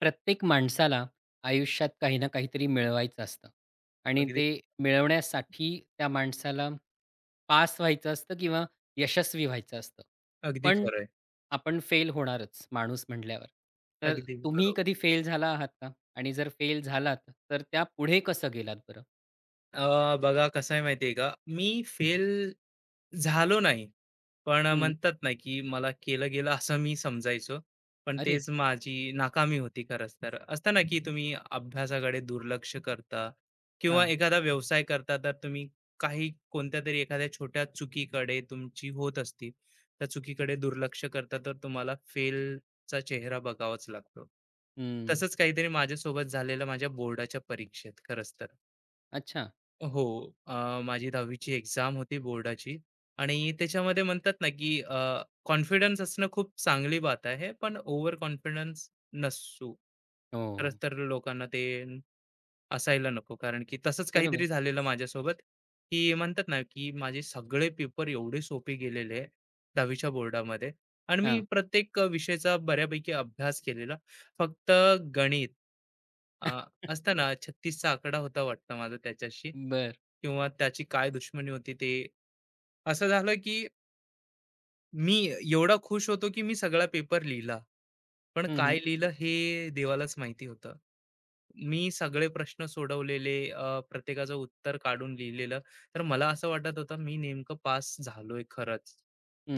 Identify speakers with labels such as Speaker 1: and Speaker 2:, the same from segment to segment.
Speaker 1: प्रत्येक माणसाला आयुष्यात काही ना काहीतरी मिळवायचं असतं आणि
Speaker 2: अगदी
Speaker 1: ते मिळवण्यासाठी त्या माणसाला पास व्हायचं असतं किंवा यशस्वी व्हायचं असतं.
Speaker 2: अगदी
Speaker 1: पण
Speaker 2: खरं आहे.
Speaker 1: आपण फेल होणारच माणूस म्हटल्यावर. तर
Speaker 2: अगदी
Speaker 1: तुम्ही
Speaker 2: बरोबर.
Speaker 1: कधी फेल झाला आहात का? आणि जर फेल झालात तर त्या पुढे कसं गेलात बरं?
Speaker 2: बघा कसं आहे माहिती आहे का? मी फेल झालो नाही. पण
Speaker 1: हं.
Speaker 2: म्हणतात ना, की मला केलं गेलं असं मी समजायचो. पण
Speaker 1: अरे!
Speaker 2: तेच माझी नाकामी होती खरंच तर. असतं ना, की तुम्ही अभ्यासाकडे दुर्लक्ष करता किंवा
Speaker 1: हां.
Speaker 2: एखादा व्यवसाय करता तर तुम्ही काही कोणत्यातरी एखाद्या छोट्या चुकीकडे तुमची होत असती. त्या चुकीकडे दुर्लक्ष करता तर तुम्हाला फेलचा चेहरा बघावाच लागतो.
Speaker 1: हं.
Speaker 2: तसंच काहीतरी माझ्यासोबत झालेलं माझ्या बोर्डाच्या परीक्षेत खरंच तर.
Speaker 1: अच्छा.
Speaker 2: हो. अ, माझी 10वी ची एक्झाम होती बोर्डाची आणि त्याच्यामध्ये म्हणतात ना, की कॉन्फिडन्स असणं खूप चांगली बात आहे, पण ओव्हर कॉन्फिडन्स नसू. खरंच
Speaker 1: हो.
Speaker 2: तर लोकांना ते असायला नको. कारण की तसंच
Speaker 1: बरोबर.
Speaker 2: काहीतरी झालेलं माझ्यासोबत, की म्हणतात ना, की माझे सगळे पेपर एवढे सोपे गेलेले 10वीच्या बोर्डामध्ये आणि मी
Speaker 1: हां.
Speaker 2: प्रत्येक विषयाचा बऱ्यापैकी अभ्यास केलेला. फक्त गणित अ, असतं ना 36चा आकडा होता वाटतं माझा त्याच्याशी
Speaker 1: बरं.
Speaker 2: किंवा त्याची काय दुश्मनी होती ते असं झालं, की मी एवढा खुश होतो की मी सगळा पेपर लिहिला. पण
Speaker 1: हं, हं.
Speaker 2: काय लिहिलं हे देवालाच माहिती होतं. मी सगळे प्रश्न सोडवलेले, प्रत्येकाचं उत्तर काढून लिहिलेलं. तर मला असं वाटत होतं मी नेमकं पास झालोय खरंच.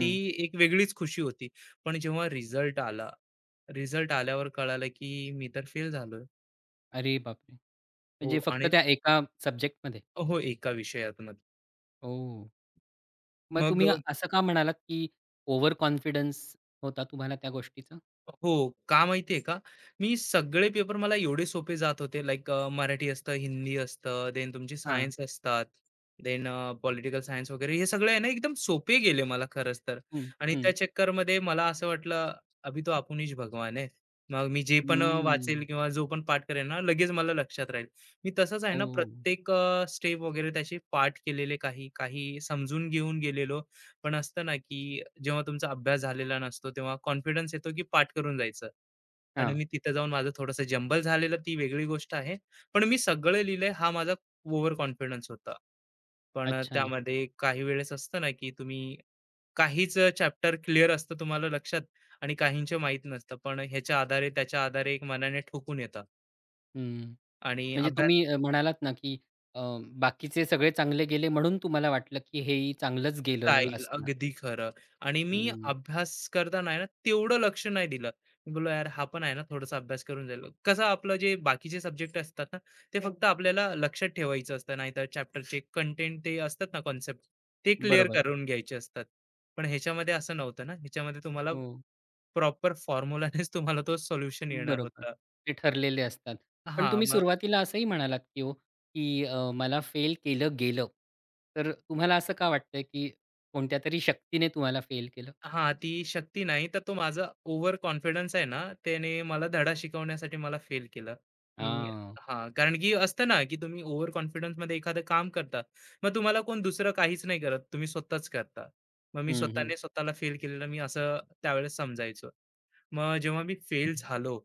Speaker 2: ती एक वेगळीच खुशी होती. पण जेव्हा रिझल्ट आला, रिझल्ट आल्यावर कळालं की मी तर फेल झालोय.
Speaker 1: अरे बापरे!
Speaker 2: हो
Speaker 1: म्हणजे फक्त
Speaker 2: आणि
Speaker 1: त्या एका सब्जेक्टमध्ये?
Speaker 2: हो, एका विषयातनं.
Speaker 1: ओह! मग
Speaker 2: मग
Speaker 1: तुम्ही असं का म्हणालात, की ओव्हर कॉन्फिडन्स होता तुम्हाला त्या गोष्टीचा?
Speaker 2: हो, का माहिती का? मी सगळे पेपर मला एवढे सोपे जात होते लाइक मराठी असतं, हिंदी असतं, देन तुमची
Speaker 1: हां.
Speaker 2: सायन्स असतात, देन पॉलिटिकल सायन्स वगैरे हे सगळे आहे ना एकदम सोपे गेले मला खरंच तर.
Speaker 1: हं,
Speaker 2: आणि
Speaker 1: हं.
Speaker 2: त्या चक्करमध्ये मला असं वाटलं, "अभी तो आपण भगवान है." मग मी जे पण वाचेल
Speaker 1: हम्म.
Speaker 2: किंवा जो पण पाठ करेल ना, लगेच मला लक्षात राहील. मी तसंच आहे ना
Speaker 1: ओह!
Speaker 2: प्रत्येक स्टेप वगैरे त्याचे पाठ केलेले, काही समजून घेऊन गेलेलो. पण असतं ना की जेव्हा तुमचा अभ्यास झालेला नसतो तेव्हा कॉन्फिडन्स येतो की पाठ करून जायचं आणि
Speaker 1: हां.
Speaker 2: मी तिथं जाऊन माझं थोडंसं जंबल झालेलं ती वेगळी गोष्ट आहे. पण मी सगळं लिहिलंय हा माझा ओव्हर कॉन्फिडन्स होता. पण
Speaker 1: अच्छा.
Speaker 2: त्यामध्ये काही वेळेस असतं ना की तुम्ही काहीच चॅप्टर क्लिअर असतं तुम्हाला लक्षात आणि काहींचे माहीत नसतं. पण ह्याच्या आधारे, त्याच्या आधारे एक मनाने ठोकून येतं
Speaker 1: हं.
Speaker 2: आणि
Speaker 1: म्हणजे
Speaker 2: अभ्यास
Speaker 1: तुम्ही म्हणालात ना, की अ, बाकीचे सगळे चांगले गेले म्हणून तुम्हाला वाटलं, की हेही चांगलंच गेलेलं
Speaker 2: जाईल.
Speaker 1: असणार.
Speaker 2: अगदी खरं. आणि मी
Speaker 1: हं.
Speaker 2: अभ्यास करताना आहे ना, तेवढं लक्ष नाही दिलं. मी बोललो, "यार, हा पण आहे ना, थोडासा अभ्यास करून जाईल." कसं आपलं जे बाकीचे सब्जेक्ट असतात ना, ते फक्त आपल्याला लक्षात ठेवायचं असतं. नाहीतर चॅप्टरचे कंटेंट ते असतात ना, कॉन्सेप्ट ते क्लिअर
Speaker 1: बरोबर.
Speaker 2: करून घ्यायचे असतात. पण ह्याच्यामध्ये असं नव्हतं ना, ह्याच्यामध्ये तुम्हाला
Speaker 1: हो.
Speaker 2: प्रॉपर फॉर्म्युलानेच तुम्हाला तो सोल्युशन येणार
Speaker 1: बरोबर.
Speaker 2: होता.
Speaker 1: ते ठरलेले असतात. पण
Speaker 2: हां,
Speaker 1: तुम्ही
Speaker 2: मग
Speaker 1: सुरुवातीला असंही म्हणालात, की हो, की मला फेल केलं गेलं. तर तुम्हाला असं का वाटतंय, की कोणत्यातरी शक्तीने तुम्हाला फेल केलं?
Speaker 2: हां, ती शक्ती नाही, तर तो माझा ओव्हर कॉन्फिडन्स आहे ना, त्याने मला धडा शिकवण्यासाठी मला फेल केलं. मी
Speaker 1: आ,
Speaker 2: हां, कारण की असतं ना, की तुम्ही ओव्हर कॉन्फिडन्समध्ये एखादं काम करता, मग तुम्हाला कोण दुसरं काहीच नाही करत, तुम्ही स्वतःच करता. मग मी
Speaker 1: हं, हं.
Speaker 2: स्वतःने स्वतःला फेल केलेलं मी असं त्यावेळेस समजायचो. मग जेव्हा मी फेल झालो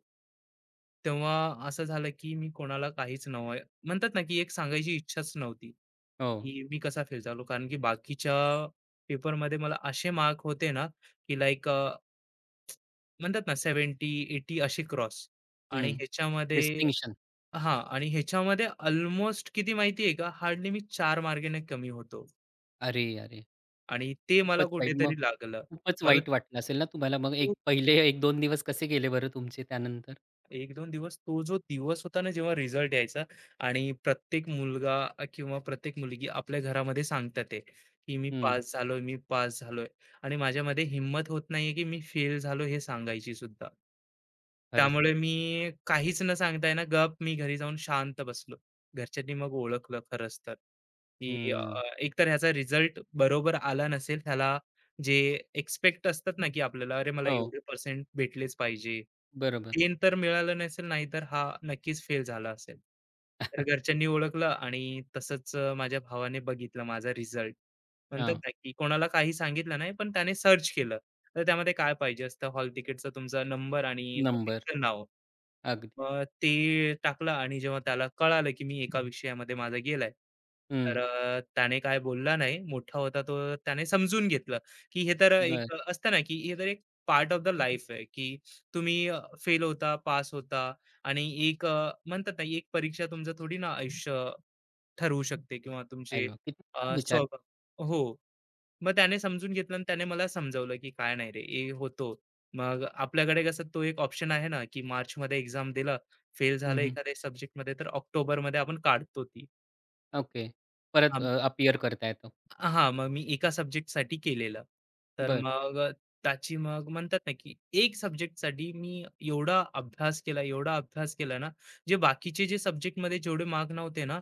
Speaker 2: तेव्हा असं झालं, की मी कोणाला काहीच म्हणतात ना, की एक सांगायची इच्छाच नव्हती,
Speaker 1: हो,
Speaker 2: की मी कसा फेल झालो. कारण की बाकीच्या पेपरमध्ये मला असे मार्क होते ना, की लाईक म्हणतात ना 70 एटी अशी क्रॉस आणि
Speaker 1: हं.
Speaker 2: ह्याच्यामध्ये
Speaker 1: डिस्टिंक्शन.
Speaker 2: हां, आणि ह्याच्यामध्ये अल्मोस्ट किती माहिती आहे का? हार्डली मी 4 मार्गाने कमी होतो
Speaker 1: अरे, अरे!
Speaker 2: आणि ते मला
Speaker 1: खूपच वाईट. मग
Speaker 2: कुठेतरी लागलं.
Speaker 1: खूपच
Speaker 2: मला
Speaker 1: वाईट वाटलं असेल ना तुम्हाला मग एक पहिले 1-2 दिवस कसे गेले बरं तुमचे त्यानंतर?
Speaker 2: 1-2 दिवस, तो जो दिवस होता ना, जेव्हा रिझल्ट यायचा आणि प्रत्येक मुलगा किंवा प्रत्येक मुलगी आपल्या घरामध्ये सांगतात ते, की "मी
Speaker 1: हं,
Speaker 2: पास झालोय, मी पास झालोय," आणि माझ्यामध्ये हिंमत होत नाहीये, की मी फेल झालो हे सांगायची सुद्धा.
Speaker 1: खरंच.
Speaker 2: त्यामुळे मी काहीच न सांगता ना, गप मी घरी जाऊन शांत बसलो. घरच्यांनी मग ओळखलं खरंच तर, की
Speaker 1: हं.
Speaker 2: एकतर ह्याचा रिझल्ट बरोबर आला नसेल, ह्याला जे एक्सपेक्ट असतात ना, की आपल्याला, अरे मला
Speaker 1: हो,
Speaker 2: एवढे पर्सेंट भेटलेच पाहिजे.
Speaker 1: बरोबर.
Speaker 2: ते तर मिळालं नसेल, नाही तर हा नक्कीच फेल झाला असेल. तर घरच्यांनी ओळखलं आणि तसंच माझ्या भावाने बघितलं माझा रिझल्ट. म्हणतात
Speaker 1: हां,
Speaker 2: ना, की कोणाला काही सांगितलं नाही, पण त्याने सर्च केलं. तर त्यामध्ये काय पाहिजे असतं, हॉल तिकीटचा तुमचा नंबर आणि
Speaker 1: नंबर.
Speaker 2: मग नाव.
Speaker 1: अगदी.
Speaker 2: मग ते टाकलं आणि जेव्हा त्याला कळालं, की मी एका विषयामध्ये माझा गेलाय, तर
Speaker 1: हं,
Speaker 2: त्याने काय बोलला नाही. मोठा होता तो, त्याने समजून घेतलं, की हे तर
Speaker 1: बरं.
Speaker 2: एक असतं ना, की हे तर एक पार्ट ऑफ द लाईफ आहे, की तुम्ही फेल होता, पास होता आणि एक म्हणतात ना, एक परीक्षा तुमचं थोडी ना आयुष्य ठरवू शकते किंवा तुमचे
Speaker 1: अरे वाह! किती छान विचार.
Speaker 2: स्वभाव हो. मग त्याने समजून घेतलं आणि त्याने मला समजावलं की काय नाही रे हे होतो. मग आपल्याकडे कसं तो एक ऑप्शन आहे ना, की मार्चमध्ये एक्झाम दिला, फेल
Speaker 1: हं,
Speaker 2: झालं
Speaker 1: हं.
Speaker 2: एखाद्या सब्जेक्टमध्ये तर ऑक्टोबरमध्ये आपण काढतो ती.
Speaker 1: ओके. परत
Speaker 2: हां.
Speaker 1: करता येतो.
Speaker 2: हां, मग मी एका सब्जेक्टसाठी केलेलं. तर
Speaker 1: बरं.
Speaker 2: मग त्याची मग म्हणतात ना, की एक सब्जेक्टसाठी मी एवढा अभ्यास केला, एवढा अभ्यास केला ना, जे बाकीचे जे सब्जेक्टमध्ये जेवढे मार्क नव्हते ना,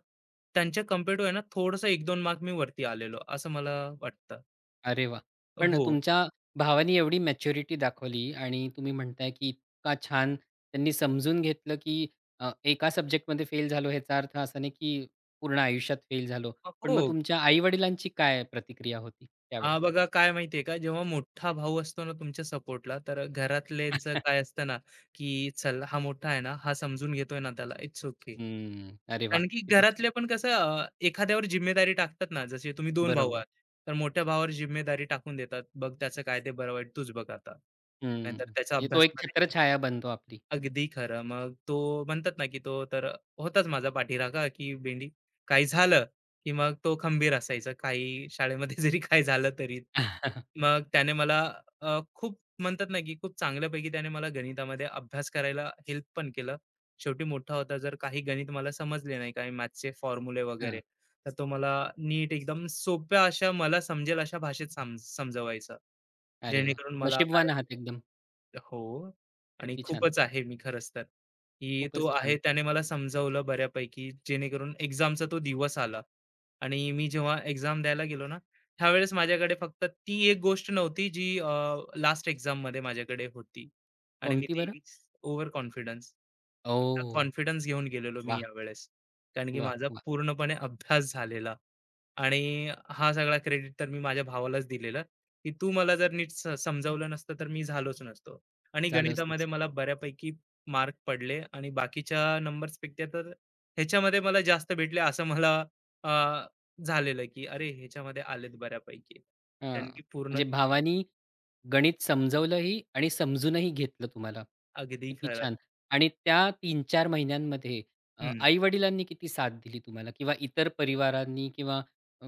Speaker 2: त्यांच्या कंपेअर टू आहे ना, थोडंसं 1-2 मार्क मी वरती आलेलो असं मला वाटतं.
Speaker 1: अरे वाह! पण
Speaker 2: हो.
Speaker 1: तुमच्या भावाने एवढी मॅच्युरिटी दाखवली आणि तुम्ही म्हणताय, की इतका छान त्यांनी समजून घेतलं, की एका सब्जेक्टमध्ये फेल झालो ह्याचा अर्थ असा नाही, की पूर्ण आयुष्यात फेल झालो. पण मग
Speaker 2: हो.
Speaker 1: तुमच्या आई-वडिलांची काय प्रतिक्रिया होती
Speaker 2: हा
Speaker 1: त्यावेळेस?
Speaker 2: बघा, काय माहितीये का, जेव्हा मोठा भाऊ असतो ना तुमच्या सपोर्टला, तर घरातल्यांचं काय असतं ना, की चल हा मोठा आहे ना, हा समजून घेतोय ना त्याला, इट्स ओके.
Speaker 1: हं. अरे वाह!
Speaker 2: कारण की
Speaker 1: किती छान.
Speaker 2: घरातले पण कसं, एखाद्यावर जिम्मेदारी टाकतात ना, जसे तुम्ही दोन भाऊ
Speaker 1: बरोबर.
Speaker 2: आहात, तर मोठ्या भावावर जिम्मेदारी टाकून देतात, बघ त्याचं काय ते बरं वाईट तूच बघ आता
Speaker 1: हं.
Speaker 2: नाहीतर त्याचा
Speaker 1: म्हणजे तो
Speaker 2: अभ्यास.
Speaker 1: एक छत्रछाया बनतो आपली.
Speaker 2: अगदी खरं. मग तो म्हणतात ना, की तो तर होताच माझा पाठीराखा, की "बेंडी, काही झालं," की मग तो खंबीर असायचा. काही शाळेमध्ये जरी काय झालं तरी. मग त्याने मला खूप म्हणतात ना, की खूप चांगल्यापैकी त्याने मला गणितामध्ये अभ्यास करायला हेल्प पण केलं. शेवटी मोठा होता, जर काही गणित मला समजले नाही, काही मॅथ्सचे फॉर्म्युले वगैरे,
Speaker 1: हां.
Speaker 2: तर तो मला नीट एकदम सोप्या अशा मला समजेल अशा भाषेत समजवायचा.
Speaker 1: अरे वाह!
Speaker 2: जेणेकरून मला काय,
Speaker 1: नशीबवान आहात एकदम.
Speaker 2: हो. आणि
Speaker 1: किती छान.
Speaker 2: खूपच आहे मी खरंच तर, की तो
Speaker 1: खूपच
Speaker 2: आहे,
Speaker 1: छान.
Speaker 2: त्याने मला समजावलं बऱ्यापैकी जेणेकरून एक्झामचा तो दिवस आला. आणि मी जेव्हा एक्झाम द्यायला गेलो ना, त्यावेळेस माझ्याकडे फक्त ती एक गोष्ट नव्हती जी लास्ट एक्झाममध्ये माझ्याकडे होती. आणि मी
Speaker 1: कोणती
Speaker 2: ती
Speaker 1: बरं?
Speaker 2: Overconfidence. फक्त
Speaker 1: ओह!
Speaker 2: कॉन्फिडन्स घेऊन गेलेलो मी
Speaker 1: वाह!
Speaker 2: यावेळेस. कारण की
Speaker 1: वाह!
Speaker 2: माझा
Speaker 1: वाह!
Speaker 2: पूर्णपणे अभ्यास झालेला. आणि हा सगळा क्रेडिट तर मी माझ्या भावालाच दिलेला, की तू मला जर नीट समजावलं नसतं तर मी झालोच नसतो. आणि हं.
Speaker 1: झालंच
Speaker 2: गणितामध्ये
Speaker 1: नसतं.
Speaker 2: मला बऱ्यापैकी मार्क पडले आणि बाकीच्या नंबर्सपेक्षा तर ह्याच्यामध्ये मला जास्त भेटले, असं मला अ, झालेलं, की अरे ह्याच्यामध्ये आलेत बऱ्यापैकी.
Speaker 1: हां,
Speaker 2: कारण की पूर्ण
Speaker 1: म्हणजे भावानी गणित समजवलंही आणि समजूनही घेतलं तुम्हाला.
Speaker 2: अगदी
Speaker 1: किती
Speaker 2: खरं.
Speaker 1: छान. आणि त्या 3-4 महिन्यांमध्ये
Speaker 2: हं.
Speaker 1: आई-वडिलांनी किती साथ दिली तुम्हाला किंवा इतर परिवारांनी किंवा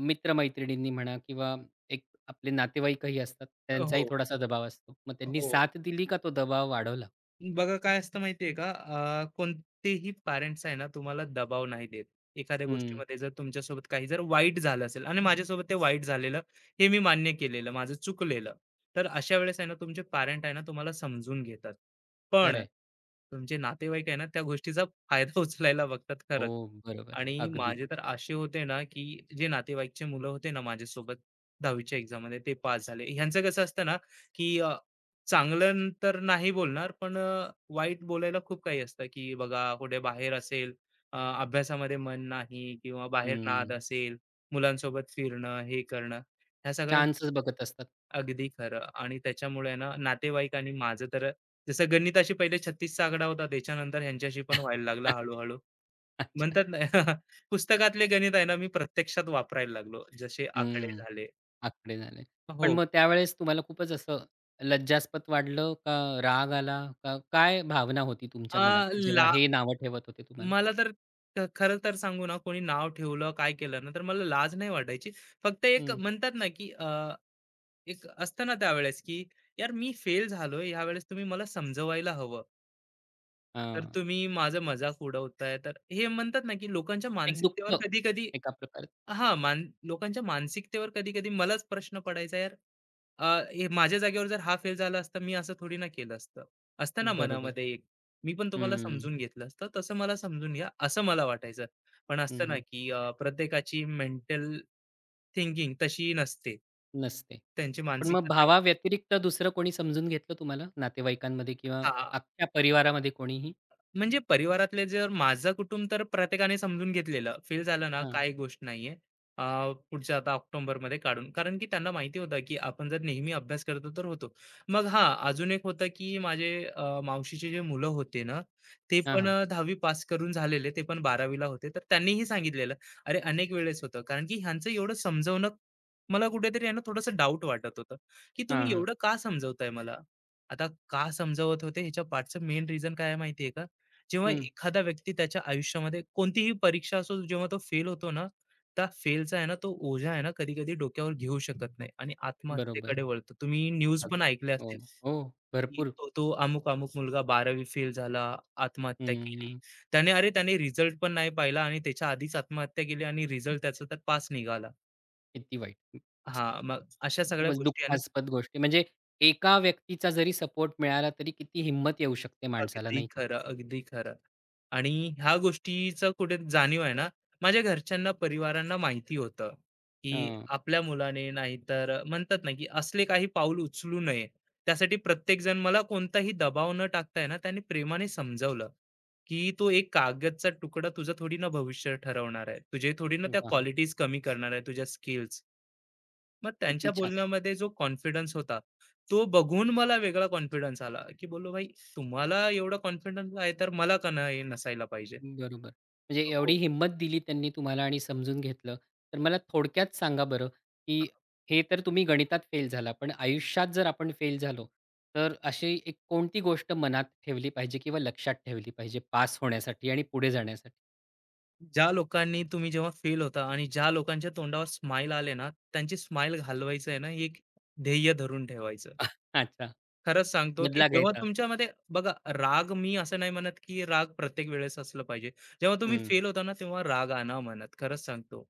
Speaker 1: मित्र-मैत्रिणींनी म्हणा किंवा एक आपले नातेवाईकही असतात, त्यांचाही
Speaker 2: हो,
Speaker 1: थोडासा दबाव असतो. मग त्यांनी
Speaker 2: हो.
Speaker 1: साथ दिली का तो दबाव वाढवला?
Speaker 2: बघा काय असतं माहितीये का, कोणतेही पॅरेंट्स आहे ना तुम्हाला दबाव नाही देत एखाद्या
Speaker 1: हं,
Speaker 2: गोष्टीमध्ये. जर तुमच्यासोबत काही जर वाईट झालं असेल आणि माझ्यासोबत ते वाईट झालेलं हे मी मान्य केलेलं, माझं चुकलेलं, तर अशा वेळेस आहे ना तुमचे पॅरेंट आहे ना तुम्हाला समजून घेतात, पण
Speaker 1: खरं
Speaker 2: तुमचे नातेवाईक आहे ना, त्या गोष्टीचा फायदा उचलायला बघतात
Speaker 1: हो,
Speaker 2: खरंच.
Speaker 1: बरोबर.
Speaker 2: आणि
Speaker 1: अगदी.
Speaker 2: माझे तर असे होते ना, की जे नातेवाईकचे मुलं होते ना माझ्यासोबत 10वी च्या एक्झाममध्ये, ते पास झाले. ह्यांचं कसं असतं ना, की चांगलं तर नाही बोलणार, पण वाईट बोलायला खूप काही असतं, की बघा कुठे बाहेर असेल, अभ्यासामध्ये मन नाही किंवा बाहेर नाद
Speaker 1: हं.
Speaker 2: असेल, मुलांसोबत फिरणं, हे करणं, ह्या सगळ्या.
Speaker 1: चान्सच बघत असतात.
Speaker 2: अगदी खरं. आणि त्याच्यामुळे ना नातेवाईक आणि माझं तर, जसं गणिताशी पहिले 36 चा आकडा होता, त्याच्यानंतर ह्यांच्याशी पण व्हायला लागला हळूहळू.
Speaker 1: अच्छा.
Speaker 2: म्हणतात ना पुस्तकातले गणित आहे ना मी प्रत्यक्षात वापरायला लागलो, जसे आकडे
Speaker 1: हं.
Speaker 2: झाले.
Speaker 1: आकडे झाले. पण
Speaker 2: हो.
Speaker 1: मग त्यावेळेस तुम्हाला खूपच असं लज्जास्पद वाटलं का राग आला का काय भावना होती तुमच्या मनात
Speaker 2: अं,
Speaker 1: जेव्हा
Speaker 2: ला
Speaker 1: हे नावं ठेवत होते तुम्हाला?
Speaker 2: मला तर खरं तर सांगू ना, कोणी नाव ठेवलं काय केलं ना तर मला लाज नाही वाटायची. फक्त एक
Speaker 1: हं.
Speaker 2: म्हणतात ना की एक असतं ना त्यावेळेस की, यार मी फेल झालोय, यावेळेस तुम्ही मला समजवायला हवं, तर
Speaker 1: हां.
Speaker 2: तुम्ही माझा मजाक उडवताय. तर हे म्हणतात ना, की लोकांच्या
Speaker 1: एक
Speaker 2: मानसिकतेवर
Speaker 1: दुःख
Speaker 2: कधी-कधी,
Speaker 1: एका प्रकारे.
Speaker 2: हां, मान लोकांच्या मानसिकतेवर कधी-कधी मलाच प्रश्न पडायचा यार, अ, हे माझ्या जागेवर जर हा फेल झाला असता, मी असं थोडी ना केलं असतं. असतं ना
Speaker 1: बरोबर.
Speaker 2: मनामध्ये एक, मी पण तुम्हाला
Speaker 1: हं.
Speaker 2: समजून घेतलं असतं, तसं मला समजून घ्या, असं मला वाटायचं. पण
Speaker 1: हं,
Speaker 2: असतं ना,
Speaker 1: हं.
Speaker 2: की प्रत्येकाची मेंटल थिंकिंग तशी नसते.
Speaker 1: नसते.
Speaker 2: त्यांची
Speaker 1: पण मग
Speaker 2: मानसिकता त्या,
Speaker 1: भावाव्यतिरिक्त दुसरं कोणी समजून घेतलं तुम्हाला नातेवाईकांमध्ये किंवा
Speaker 2: हां,
Speaker 1: अख्ख्या परिवारामध्ये कोणीही?
Speaker 2: म्हणजे परिवारातले जर, माझं कुटुंब तर प्रत्येकाने समजून घेतलेलं. फील झालं ना,
Speaker 1: हां.
Speaker 2: काही गोष्ट नाहीये. अ, पुढच्या आता ऑक्टोबरमध्ये काढून. कारण की त्यांना माहिती होतं, की आपण जर नेहमी अभ्यास करतो तर होतो. मग हां, अजून एक होतं, की माझे मावशीचे जे मुलं होते ना, ते
Speaker 1: हां,
Speaker 2: पण
Speaker 1: हां.
Speaker 2: 10वी पास करून झालेले, ते पण 12वीला होते. तर त्यांनीही सांगितलेलं. अरे, अनेक वेळेस होतं. कारण की ह्यांचं एवढं समजवणं मला कुठेतरी आहे थोडंसं डाऊट वाटत होतं, की
Speaker 1: हां,
Speaker 2: तुम्ही
Speaker 1: हां.
Speaker 2: एवढं का समजवताय मला? आता का समजवत होते ह्याच्या पाठचं मेन रिझन काय आहे माहिती का? जेव्हा
Speaker 1: हं.
Speaker 2: एखादा व्यक्ती त्याच्या आयुष्यामध्ये कोणतीही परीक्षा असो, जेव्हा तो फेल होतो ना, त्या फेलचा आहे ना तो ओझा आहे ना कधी कधी डोक्यावर घेऊ शकत नाही आणि
Speaker 1: बरोबर.
Speaker 2: आत्महत्येकडे वळतो. तुम्ही न्यूज पण
Speaker 1: अगदी.
Speaker 2: ऐकल्या
Speaker 1: हो.
Speaker 2: असतील,
Speaker 1: हो.
Speaker 2: की
Speaker 1: भरपूर.
Speaker 2: तो तो अमुक अमुक मुलगा बारावी फेल झाला, आत्महत्या केली
Speaker 1: हं.
Speaker 2: त्याने. अरे, त्याने रिझल्ट पण नाही पाहिला आणि त्याच्या आधीच आत्महत्या केली आणि रिझल्ट त्याचा तर पास निघाला.
Speaker 1: किती वाईट.
Speaker 2: हा, मग अशा सगळ्या
Speaker 1: खूपच
Speaker 2: गोष्टी आहे ना.
Speaker 1: दुःखास्पद गोष्टी म्हणजे एका व्यक्तीचा जरी सपोर्ट मिळाला तरी किती हिंमत येऊ शकते माणसाला
Speaker 2: अगदी
Speaker 1: नाही का?
Speaker 2: खरं, अगदी खरं. आणि ह्या गोष्टीचं कुठे जाणीव आहे ना, माझ्या घरच्यांना, परिवारांना माहिती होतं, की
Speaker 1: हं.
Speaker 2: आपल्या मुलाने नाहीतर म्हणतात ना, की असले काही पाऊल उचलू नये. त्यासाठी प्रत्येकजण मला कोणताही दबाव न टाकता आहे ना, त्याने प्रेमाने समजावलं, की तो एक कागदचा तुकडा तुझं थोडी ना भविष्य ठरवणार आहे. तुझे थोडी ना त्या
Speaker 1: वाह!
Speaker 2: क्वालिटीज कमी करणार आहे, तुझ्या स्किल्स. मग त्यांच्या
Speaker 1: किती छान.
Speaker 2: बोलण्यामध्ये जो कॉन्फिडन्स होता, तो बघून मला वेगळा कॉन्फिडन्स आला, की बोललो, "भाई, तुम्हाला एवढा कॉन्फिडन्स आहे, तर मला का नाही नसायला पाहिजे?"
Speaker 1: बरोबर. म्हणजे एवढी
Speaker 2: हो.
Speaker 1: हिंमत दिली त्यांनी तुम्हाला आणि समजून घेतलं. तर मला थोडक्यात सांगा बरं, की हे तर तुम्ही गणितात फेल झाला, पण आयुष्यात जर आपण फेल झालो, तर अशी एक कोणती गोष्ट मनात ठेवली पाहिजे किंवा लक्षात ठेवली पाहिजे पास होण्यासाठी आणि पुढे जाण्यासाठी?
Speaker 2: ज्या लोकांनी, तुम्ही जेव्हा फेल होता आणि ज्या लोकांच्या तोंडावर स्माईल आले ना, त्यांची स्माईल घालवायचं आहे ना, हे एक ध्येय धरून ठेवायचं.
Speaker 1: अच्छा.
Speaker 2: खरंच सांगतो, की
Speaker 1: बदला
Speaker 2: जेव्हा
Speaker 1: घ्यायचा.
Speaker 2: तुमच्यामध्ये, बघा राग, मी असं नाही म्हणत, की राग प्रत्येक वेळेस असलं पाहिजे. जेव्हा तुम्ही
Speaker 1: हं.
Speaker 2: फेल होता ना, तेव्हा राग आणा मनात. खरंच सांगतो.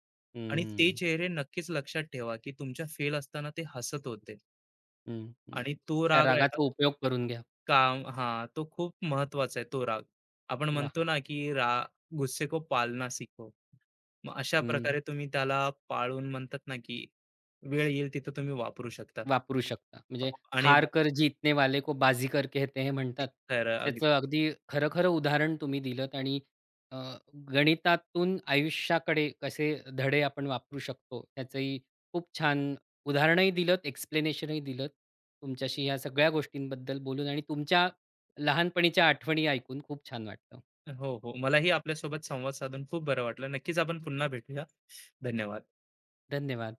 Speaker 2: आणि ते
Speaker 1: हं.
Speaker 2: चेहरे नक्कीच लक्षात ठेवा, की तुमच्या फेल असताना ते हसत होते.
Speaker 1: हं, हं.
Speaker 2: आणि तो
Speaker 1: त्या
Speaker 2: राग आहे ना
Speaker 1: रागाचा उपयोग करून घ्या.
Speaker 2: काम, हां, तो खूप महत्त्वाचा आहे तो राग. आपण
Speaker 1: वाह!
Speaker 2: म्हणतो ना, की गुस्से को पालना सीखो. मग अशा
Speaker 1: हं,
Speaker 2: प्रकारे तुम्ही त्याला पाळून म्हणतात ना, की वेळ येईल तिथं तुम्ही वापरू शकता.
Speaker 1: वापरू शकता. म्हणजे
Speaker 2: हो, आणि
Speaker 1: हार कर जीतने वाले को बाजी कर कहते हैं म्हणतात.
Speaker 2: खरं अगदी.
Speaker 1: त्याचं अगदी खरं-खरं उदाहरण तुम्ही दिलत आणि अ, गणितातून आयुष्याकडे कसे धडे आपण वापरू शकतो, त्याचंही खूप छान उदाहरणही दिलत, एक्सप्लेनेशनही दिलत. तुमच्याशी ह्या सगळ्या गोष्टींबद्दल बोलून आणि तुमच्या लहानपणीच्या आठवणी ऐकून खूप छान वाटलं.
Speaker 2: हो, हो. मलाही आपल्यासोबत संवाद साधून खूप बरं वाटलं. नक्कीच आपण पुन्हा भेटूया. धन्यवाद.
Speaker 1: धन्यवाद.